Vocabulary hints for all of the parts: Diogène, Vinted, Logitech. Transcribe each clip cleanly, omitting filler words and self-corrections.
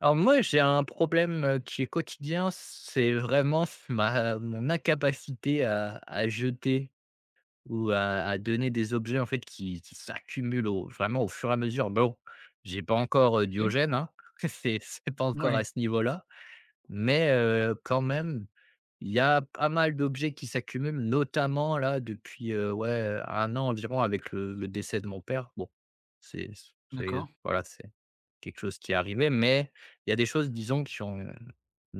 Alors moi, j'ai un problème, qui est quotidien, c'est vraiment ma mon incapacité à jeter ou à donner des objets, en fait, qui s'accumulent au vraiment au fur et à mesure. Bon, j'ai pas encore, OK. Diogène, hein, c'est pas encore Ouais, à ce niveau-là, mais quand même, il y a pas mal d'objets qui s'accumulent, notamment là depuis, ouais, un an environ avec le décès de mon père. Bon, c'est c'est d'accord. voilà, c'est quelque chose qui est arrivé, mais il y a des choses, disons, qui ont une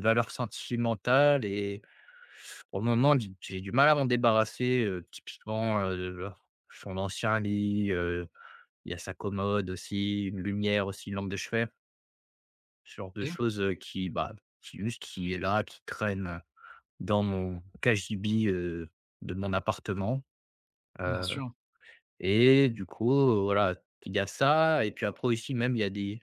valeur sentimentale et pour le moment, j'ai du mal à m'en débarrasser, typiquement, son ancien lit, il y a sa commode aussi, une lumière aussi, une lampe de chevet, ce genre de OK, choses, qui, bah, qui est là, qui traîne dans mon cagibi, de mon appartement. bien euh, sûr. Et du coup, voilà, il y a ça et puis après aussi même il y a des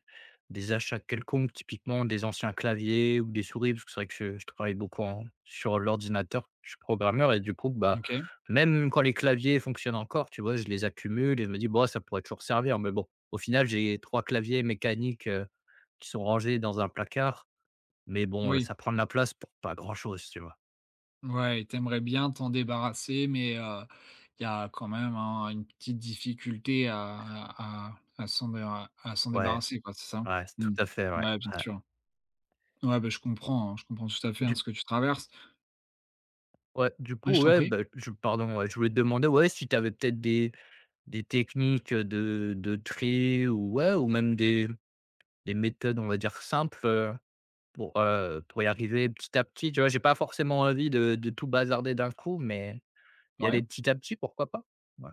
des achats quelconques, typiquement des anciens claviers ou des souris, parce que c'est vrai que je travaille beaucoup en sur l'ordinateur, je suis programmeur et du coup, bah, OK. même quand les claviers fonctionnent encore, tu vois? Je les accumule et je me dis: «Bon, ça pourrait toujours servir», mais bon, au final, j'ai 3 claviers mécaniques, qui sont rangés dans un placard, mais bon, Oui. ça prend de la place pour pas grand chose, tu vois? Ouais, t'aimerais bien t'en débarrasser, mais il y a quand même, hein, une petite difficulté à à s'en déra à s'en Ouais, débarrasser, quoi, c'est ça? ouais, tout Mmh. à fait, ouais, Ouais, bien ouais. sûr. Ouais, bah, je comprends, hein, je comprends tout à fait, hein, ce que tu traverses. Ouais, du Ouais, coup, je t'en ouais, prie. bah, je pardon, ouais, je voulais te demander, ouais, si tu avais peut-être des techniques, de tri ou ouais, ou même des méthodes, on va dire simples, pour y arriver petit à petit, tu vois? J'ai pas forcément envie de tout bazarder d'un coup, mais y Ouais. aller petit à petit, pourquoi pas? Ouais.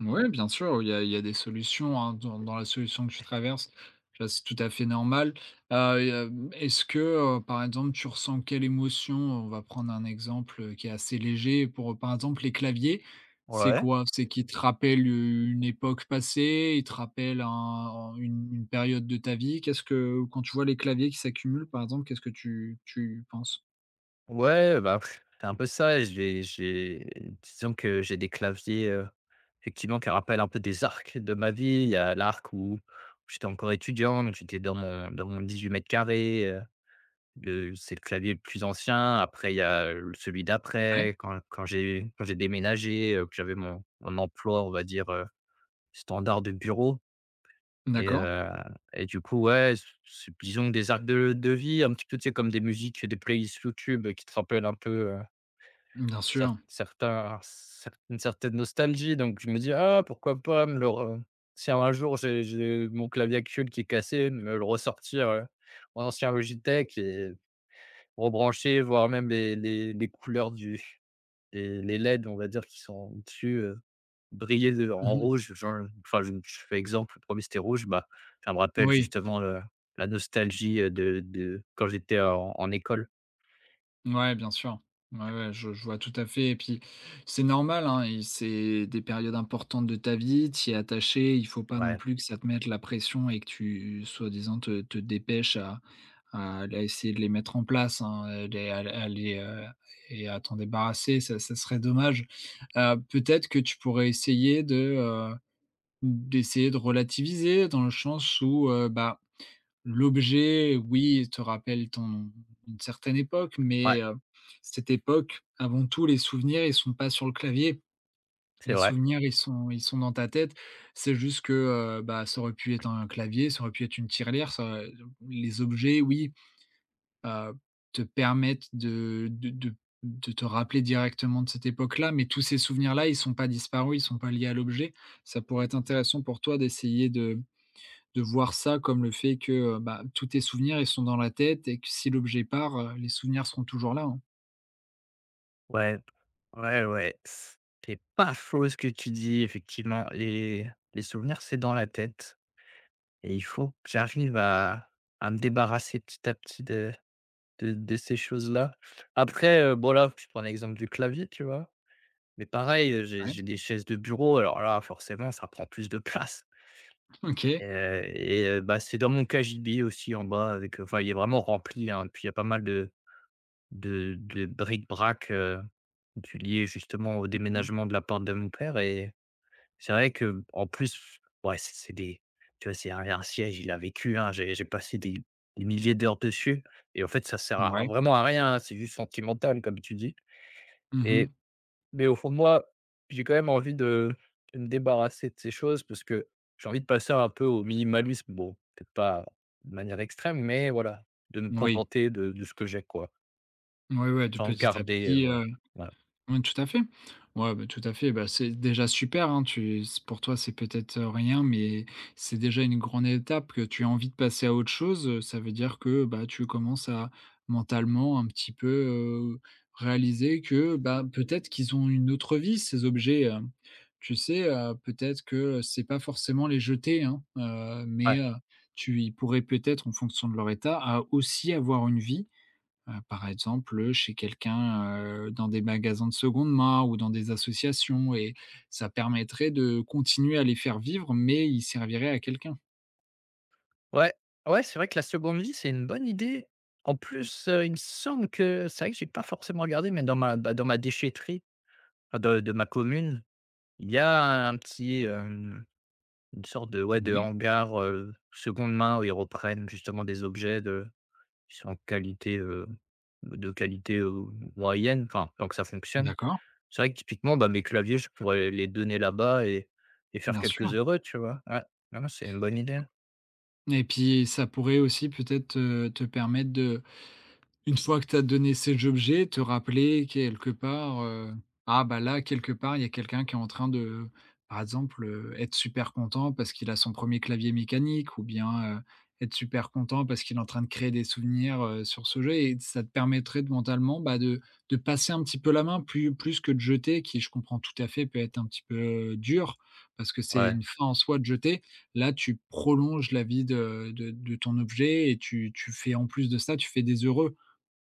Oui, bien sûr, il y a des solutions, hein, dans la solution que tu traverses. Ça, c'est tout à fait normal. Et, est-ce que, par exemple, tu ressens quelle émotion? On va prendre un exemple qui est assez léger. Pour, par exemple, les claviers, c'est Ouais. quoi? C'est qu'ils te rappellent une époque passée, ils te rappellent une période de ta vie. Qu'est-ce que, quand tu vois les claviers qui s'accumulent, par exemple, qu'est-ce que tu penses? Ouais, bah, pff, c'est un peu ça. J'ai disons que j'ai des claviers, effectivement qui rappellent un peu des arcs de ma vie. Il y a l'arc où j'étais encore étudiant, donc j'étais dans mon 18 mètres carrés. Le c'est le clavier le plus ancien, après il y a, celui Ouais, d'après. Quand j'ai déménagé, que j'avais mon mon emploi, on va dire, standard de bureau et d'accord, heu et du coup, ouais, c'est disons des arcs de vie un petit peu, tu sais, comme des musiques, des playlists YouTube qui te rappellent un peu, bien cer sûr. certains cer une certaine nostalgie donc je me dis: «Ah pourquoi pas me le re si un jour j'ai mon clavier actuel qui est cassé, me le ressortir, mon ancien Logitech» et rebrancher, voire même les couleurs du les LED, on va dire, qui sont dessus, briller de en Mhm. rouge, genre enfin, je fais exemple, le 1 c'était rouge, bah, ça me rappelle Oui. justement, la nostalgie, de quand j'étais en école. Ouais, bien sûr. Ouais, ouais, je vois tout à fait. Et puis, c'est normal, hein, et c'est des périodes importantes de ta vie, t'y es attaché. Il faut pas non Ouais, plus que ça te mette la pression et que tu, soi-disant, te dépêches à aller essayer de les mettre en place, hein, à les, et à t'en débarrasser. Ça serait dommage. Peut-être que tu pourrais essayer de, d'essayer de relativiser dans le sens où, bah, l'objet, oui, te rappelle ton une certaine époque, ouais, mais cette époque, avant tout, les souvenirs, ils sont pas sur le clavier. c'est Les vrai. souvenirs, ils sont dans ta tête. C'est juste que, bah, ça aurait pu être un clavier, ça aurait pu être une tirelire, ça les objets, oui, heu, te permettent de te rappeler directement de cette époque-là, mais tous ces souvenirs-là, ils sont pas disparus, ils sont pas liés à l'objet. Ça pourrait être intéressant pour toi d'essayer de voir ça comme le fait que, bah, tous tes souvenirs, ils sont dans la tête et que si l'objet part, les souvenirs seront toujours là, hein. Ouais, ouais, ouais, c'est pas faux ce que tu dis, effectivement. Les souvenirs, c'est dans la tête et il faut que j'arrive à me débarrasser petit à petit de ces choses-là. Après, bon là, je prends l'exemple du clavier, tu vois? Mais pareil, j'ai Ouais, j'ai des chaises de bureau, alors là, forcément, ça prend plus de place. OK. Et et bah, c'est dans mon cagibi aussi en bas avec, enfin, il est vraiment rempli, hein, puis il y a pas mal de bric-brac, du lié justement au Mmh. déménagement de la part de mon père et c'est vrai que en plus, ouais, c'est des tu vois, c'est un siège, il a vécu, hein, j'ai passé des milliers d'heures dessus et en fait, ça sert à Ouais. vraiment à rien, hein, c'est juste sentimental comme tu dis Mmh, oui. et mais au fond de moi, j'ai quand même envie de me débarrasser de ces choses parce que j'ai envie de passer un peu au minimalisme. Bon, peut-être pas de manière extrême, mais voilà, de me Oui. contenter de ce que j'ai, quoi, Ouais, ouais, de sans petit à garder, petit. voilà, voilà. Oui, tout à fait. Ouais, bah, tout à fait. Bah, c'est déjà super, hein, tu c pour toi, c'est peut-être, rien, mais c'est déjà une grande étape que tu as envie de passer à autre chose, ça veut dire que, bah, tu commences à mentalement un petit peu, heu, réaliser que, bah, peut-être qu'ils ont une autre vie, ces objets. Tu sais, peut-être que c'est pas forcément les jeter, hein, Ouais. mais tu ils pourraient peut-être, en fonction de leur état, à aussi avoir une vie. Par exemple, chez quelqu'un, dans des magasins de seconde main ou dans des associations, et ça permettrait de continuer à les faire vivre, mais ils serviraient à quelqu'un. Ouais, ouais, c'est vrai que la seconde vie, c'est une bonne idée. En plus, il me semble que c'est vrai que j'ai pas forcément regardé, mais dans ma bah, dans ma déchetterie enfin, de ma commune, il y a un petit, une sorte de ouais, de Oui, hangar, seconde main où ils reprennent justement des objets de qui sont de qualité, moyenne, enfin, tant que ça fonctionne. d'accord, C'est vrai que typiquement, bah, mes claviers, je pourrais les donner là-bas et faire bien sûr. quelques heureux, tu vois? Ouais, non, non, c'est une bonne idée. Et puis ça pourrait aussi peut-être, te permettre de, une fois que tu as donné ces objets, te rappeler quelque part, «Ah bah là, quelque part, il y a quelqu'un qui est en train de», par exemple, être super content parce qu'il a son premier clavier mécanique ou bien, être super content parce qu'il est en train de créer des souvenirs, sur ce jeu, et ça te permettrait de mentalement, bah, de passer un petit peu la main, plus que de jeter, qui, je comprends tout à fait, peut être un petit peu, dur, parce que c'est Ouais, une fin en soi de jeter. Là, tu prolonges la vie de ton objet et tu fais, en plus de ça, tu fais des heureux.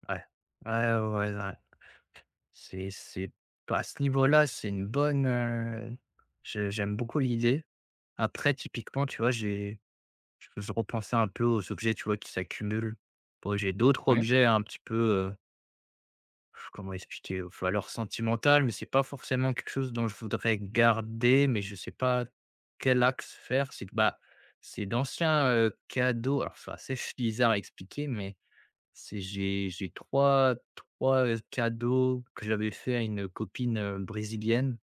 ouais. Ouais, ouais, ouais, ouais. C'est bah, à ce niveau-là, c'est une bonne, je j'aime beaucoup l'idée. Après typiquement, tu vois, j'ai je repensais un peu aux objets, tu vois, qui s'accumulent. Bon, j'ai d'autres Ouais, objets un petit peu, heu, comment expliquer? Aux valeurs sentimentales, mais c'est pas forcément quelque chose dont je voudrais garder, mais je sais pas quel axe faire. C'est bah, c'est d'anciens, cadeaux alors c'est assez bizarre à expliquer, mais c'est j'ai 3 3 cadeaux que j'avais fait à une copine, brésilienne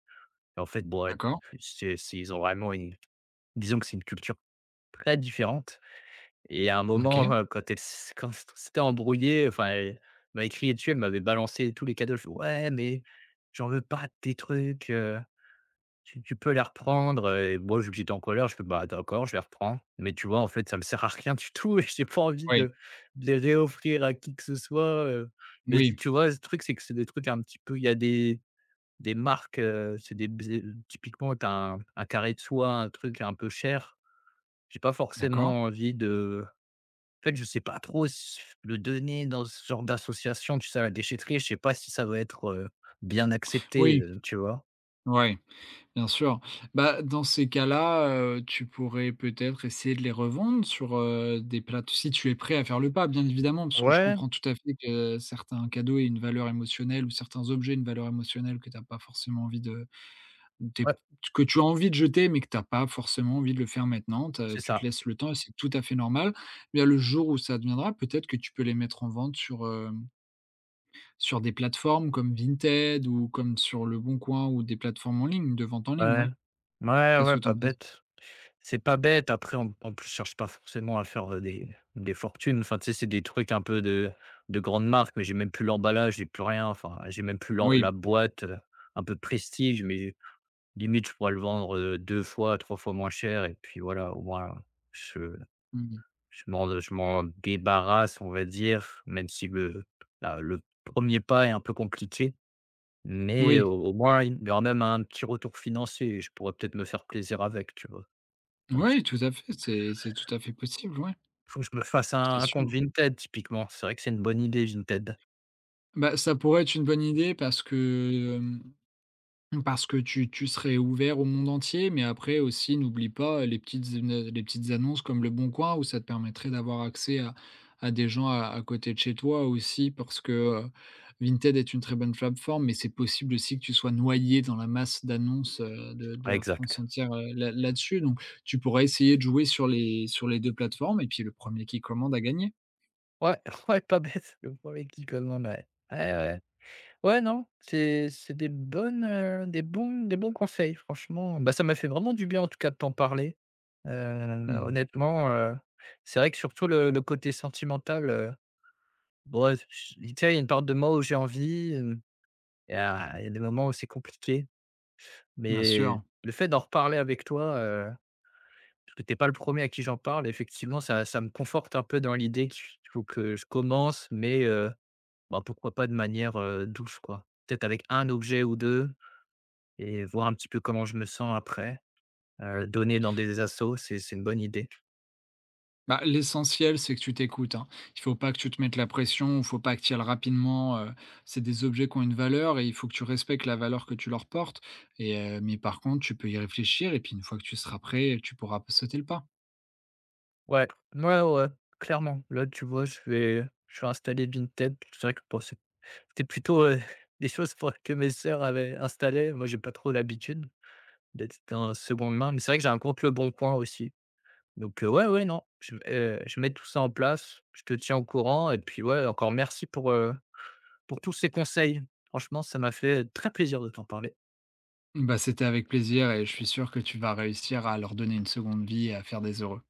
et en fait, bon, ouais, d'accord, c'est ils ont vraiment une disons que c'est une culture très différente et à un moment, OK. Quand elle s quand c'était embrouillé, enfin, elle m'a écrit dessus, elle m'avait balancé tous les cadeaux. Je fais: «Ouais, mais j'en veux pas de tes trucs, tu peux les reprendre, et moi, vu que j'étais en colère, je fais: «Bah, d'accord, je les reprends». Mais tu vois, en fait, ça me sert à rien du tout et j'ai pas envie Oui, de les réoffrir à qui que ce soit. Mais tu oui, tu vois, le truc, c'est que c'est des trucs un petit peu, il y a des marques, c'est des b typiquement, tu as un carré de soie, un truc un peu cher. J'ai pas d'accord. forcément envie de en fait, je sais pas trop s le donner dans ce genre d'association, tu sais, à la déchetterie. Je sais pas si ça va être, bien accepté, Oui, tu vois? oui, bien sûr. Bah, dans ces cas-là, tu pourrais peut-être essayer de les revendre sur, des plateaux, si tu es prêt à faire le pas, bien évidemment, parce que je Ouais, comprends tout à fait que certains cadeaux aient une valeur émotionnelle ou certains objets aient une valeur émotionnelle que tu as pas forcément envie de des ouais, que tu as envie de jeter, mais que tu as pas forcément envie de le faire maintenant. C'est Tu te ça. laisses le temps et c'est tout à fait normal. Bien, le jour où ça deviendra, peut-être que tu peux les mettre en vente sur, sur des plateformes comme Vinted ou comme sur le Bon Coin, ou des plateformes en ligne, de vente en ligne, Ouais. ouais. Ouais, Qu'est-ce ouais, que tu pas en penses? bête. C'est pas bête, après en plus, je cherche pas forcément à faire, des fortunes. Enfin, tu sais, c'est des trucs un peu de grandes marques, mais j'ai même plus l'emballage, j'ai plus rien. Enfin, j'ai même plus l'em la Oui. boîte, un peu prestige, mais limite, je pourrais le vendre, 2 fois, 3 fois moins cher et puis voilà, au moins, je Mmh, je m'en débarrasse, on va dire, même si le 1er pas est un peu compliqué. Mais au oui. au moins, il y aura même un petit retour financier et je pourrais peut-être me faire plaisir avec, tu vois? Donc s Oui, tout à fait, c'est tout à fait possible, ouais, faut que je me fasse un c'est un compte sûr. Vinted typiquement. C'est vrai que c'est une bonne idée Vinted. Bah, ça pourrait être une bonne idée parce que, hem parce que tu serais ouvert au monde entier, mais après aussi n'oublie pas les petites les petites annonces comme Le Bon Coin, où ça te permettrait d'avoir accès à des gens à côté de chez toi aussi parce que, heu, Vinted est une très bonne plateforme, mais c'est possible aussi que tu sois noyé dans la masse d'annonces, de Ouais, la France exact. entière, là là-dessus. Donc tu pourrais essayer de jouer sur les 2 plateformes, et puis le premier qui commande a gagné. Ouais, ouais, pas bête, le premier qui commande, ouais. Ouais, ouais. Ouais, non, c'est des bons conseils franchement. Bah, ça m'a fait vraiment du bien en tout cas de t'en parler. Heu, Mmh, honnêtement, c'est vrai que surtout le côté sentimental, bon ouais, j tu sais, il y a une part de moi où j'ai envie, Et y il y a des moments où c'est compliqué, bien mais sûr. le fait d'en reparler avec toi, parce que tu pas le premier à qui j'en parle, effectivement, ça me conforte un peu dans l'idée qu'il faut que je commence, mais bah, pourquoi pas de manière, douce, quoi. Peut-être avec un objet ou deux et voir un petit peu comment je me sens après. Donner dans des assos, c'est une bonne idée. Bah, l'essentiel, c'est que tu t'écoutes, hein. Il faut pas que tu te mettes la pression, il faut pas que tu y ailles rapidement, c'est des objets qui ont une valeur et il faut que tu respectes la valeur que tu leur portes et mais par contre, tu peux y réfléchir et puis une fois que tu seras prêt, tu pourras sauter le pas. Ouais, ouais, ouais, clairement. Là, tu vois, je vais installer Vinted. C'est vrai que pour ce c'était plutôt, des choses pour que mes sœurs avaient installées. Moi, j'ai pas trop l'habitude d'être dans seconde main, mais c'est vrai que j'ai un compte le bon coin aussi. Donc, ouais, ouais, non, je vais tout ça en place. Je te tiens au courant et puis, ouais, encore merci pour tous ces conseils. Franchement, ça m'a fait très plaisir de t'en parler. Bah, c'était avec plaisir et je suis sûr que tu vas réussir à leur donner une seconde vie et à faire des heureux.